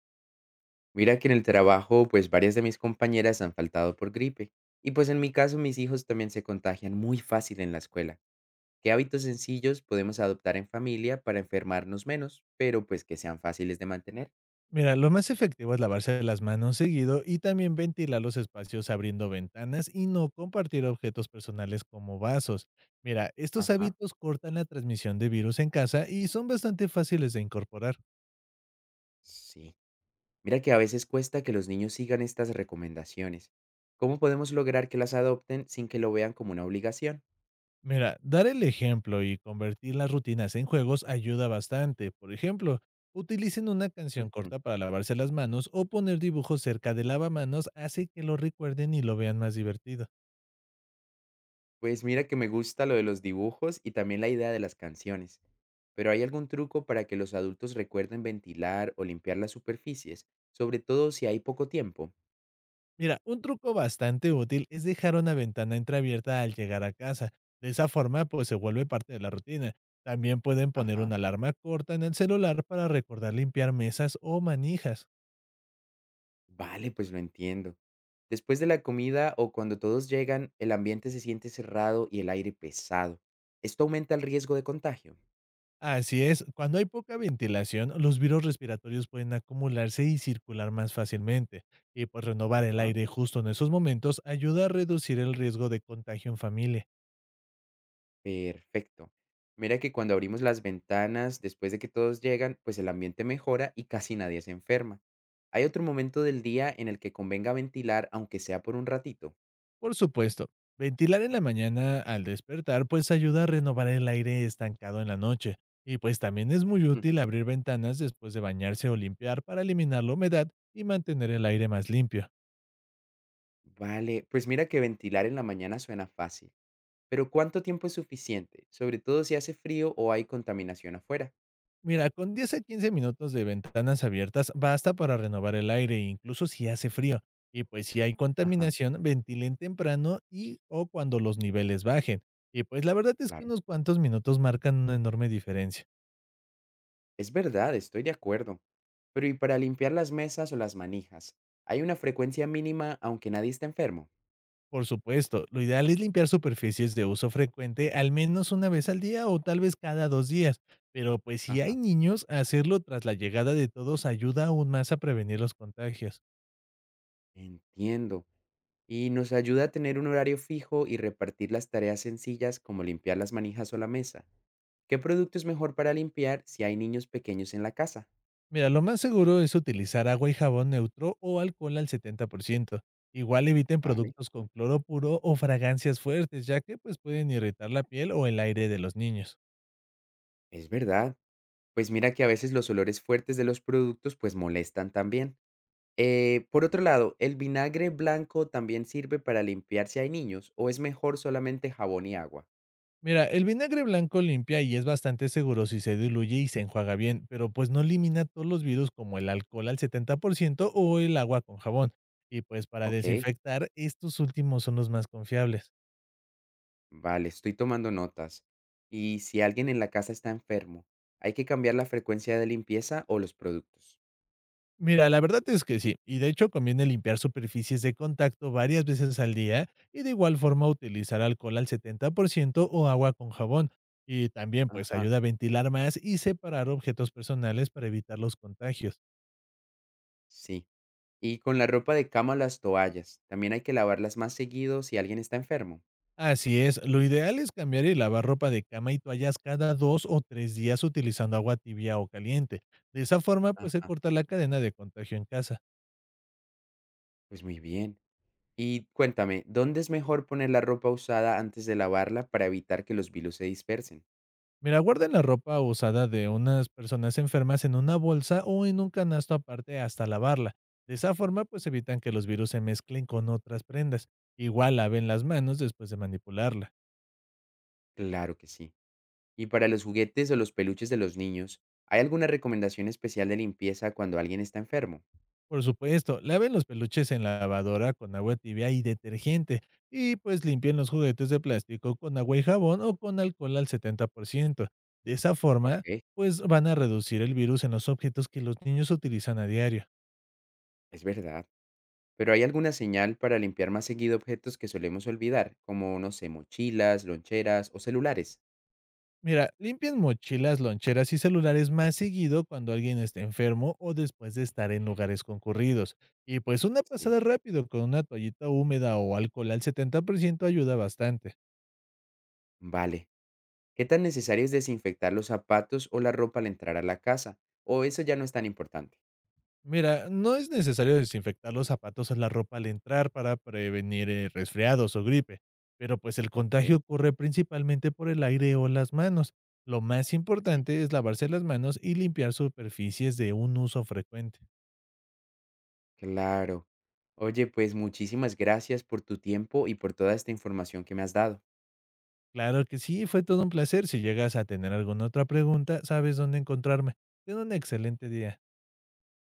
Mira que en el trabajo, pues varias de mis compañeras han faltado por gripe. Y pues en mi caso, mis hijos también se contagian muy fácil en la escuela. ¿Qué hábitos sencillos podemos adoptar en familia para enfermarnos menos, pero pues que sean fáciles de mantener? Mira, lo más efectivo es lavarse las manos seguido y también ventilar los espacios abriendo ventanas y no compartir objetos personales como vasos. Mira, estos Ajá, hábitos cortan la transmisión de virus en casa y son bastante fáciles de incorporar. sí. Mira que a veces cuesta que los niños sigan estas recomendaciones. ¿Cómo podemos lograr que las adopten sin que lo vean como una obligación? Mira, dar el ejemplo y convertir las rutinas en juegos ayuda bastante. Por ejemplo, utilicen una canción Ujú. corta para lavarse las manos o poner dibujos cerca del lavamanos hace que lo recuerden y lo vean más divertido. Pues mira que me gusta lo de los dibujos y también la idea de las canciones. Pero ¿hay algún truco para que los adultos recuerden ventilar o limpiar las superficies, sobre todo si hay poco tiempo? Mira, un truco bastante útil es dejar una ventana entreabierta al llegar a casa. De esa forma, pues se vuelve parte de la rutina. También pueden poner Ajá. una alarma corta en el celular para recordar limpiar mesas o manijas. Vale, pues lo entiendo. Después de la comida o cuando todos llegan, el ambiente se siente cerrado y el aire pesado. ¿Esto aumenta el riesgo de contagio? Así es, cuando hay poca ventilación, los virus respiratorios pueden acumularse y circular más fácilmente. Y pues renovar el Ajá. aire justo en esos momentos ayuda a reducir el riesgo de contagio en familia. Perfecto. Mira que cuando abrimos las ventanas, después de que todos llegan, pues el ambiente mejora y casi nadie se enferma. ¿Hay otro momento del día en el que convenga ventilar, aunque sea por un ratito? Por supuesto, ventilar en la mañana al despertar pues ayuda a renovar el aire estancado en la noche, y pues también es muy Ujú. útil abrir ventanas después de bañarse o limpiar para eliminar la humedad y mantener el aire más limpio. Vale, pues mira que ventilar en la mañana suena fácil, pero ¿cuánto tiempo es suficiente? Sobre todo si hace frío o hay contaminación afuera. Mira, con 10 a 15 minutos de ventanas abiertas basta para renovar el aire incluso si hace frío. Y pues si hay Ajá, contaminación, ventilen temprano y o cuando los niveles bajen. Y pues la verdad es que claro. unos cuantos minutos marcan una enorme diferencia. Es verdad, estoy de acuerdo. Pero ¿y para limpiar las mesas o las manijas? ¿Hay una frecuencia mínima aunque nadie esté enfermo? Por supuesto, lo ideal es limpiar superficies de uso frecuente al menos una vez al día o tal vez cada dos días, pero pues si hay Ajá. niños, hacerlo tras la llegada de todos ayuda aún más a prevenir los contagios. Entiendo. Y nos ayuda a tener un horario fijo y repartir las tareas sencillas como limpiar las manijas o la mesa. ¿Qué producto es mejor para limpiar si hay niños pequeños en la casa? Mira, lo más seguro es utilizar agua y jabón neutro o alcohol al 70%. Igual eviten Vale. productos con cloro puro o fragancias fuertes, ya que pues pueden irritar la piel o el aire de los niños. Es verdad. Pues mira que a veces los olores fuertes de los productos pues molestan también. Por otro lado, ¿el vinagre blanco también sirve para limpiar si hay niños o es mejor solamente jabón y agua? Mira, el vinagre blanco limpia y es bastante seguro si se diluye y se enjuaga bien, pero pues no elimina todos los virus como el alcohol al 70% o el agua con jabón. Y pues para Ok. desinfectar, estos últimos son los más confiables. Vale, estoy tomando notas. ¿Y si alguien en la casa está enfermo, hay que cambiar la frecuencia de limpieza o los productos? Mira, la verdad es que sí, y de hecho conviene limpiar superficies de contacto varias veces al día y de igual forma utilizar alcohol al 70% o agua con jabón. Y también pues Ajá, ayuda a ventilar más y separar objetos personales para evitar los contagios. sí. Y con la ropa de cama las toallas, ¿también hay que lavarlas más seguido si alguien está enfermo? Así es, lo ideal es cambiar y lavar ropa de cama y toallas cada dos o tres días utilizando agua tibia o caliente. De esa forma, pues se Ajá, corta la cadena de contagio en casa. pues muy bien. Y cuéntame, ¿dónde es mejor poner la ropa usada antes de lavarla para evitar que los virus se dispersen? Mira, guarden la ropa usada de unas personas enfermas en una bolsa o en un canasto aparte hasta lavarla. De esa forma, pues evitan que los virus se mezclen Sí. con otras prendas. Igual laven las manos después de manipularla. Claro que sí. Y para los juguetes o los peluches de los niños, ¿hay alguna recomendación especial de limpieza cuando alguien está enfermo? Por supuesto, laven los peluches en la lavadora con agua tibia y detergente, y pues limpien los juguetes de plástico con agua y jabón o con alcohol al 70%. De esa Ok, forma, pues van a reducir el virus en los objetos que los niños utilizan a diario. es verdad. Pero ¿hay alguna señal para limpiar más seguido objetos que solemos olvidar, como, no sé, mochilas, loncheras o celulares? Mira, limpien mochilas, loncheras y celulares más seguido cuando alguien esté enfermo o después de estar en lugares concurridos. Y pues una Sí. pasada rápido con una toallita húmeda o alcohol al 70% ayuda bastante. Vale. ¿Qué tan necesario es desinfectar los zapatos o la ropa al entrar a la casa? ¿O eso ya no es tan importante? Mira, no es necesario desinfectar los zapatos o la ropa al entrar para prevenir resfriados o gripe, pero pues el contagio Ok, ocurre principalmente por el aire o las manos. Lo más sí. importante es lavarse las manos y limpiar superficies de un uso frecuente. Claro. Oye, pues muchísimas gracias por tu tiempo y por toda esta información que me has dado. Claro que sí, fue todo un placer. Si llegas a tener alguna otra pregunta, sabes dónde encontrarme. Ten un excelente día.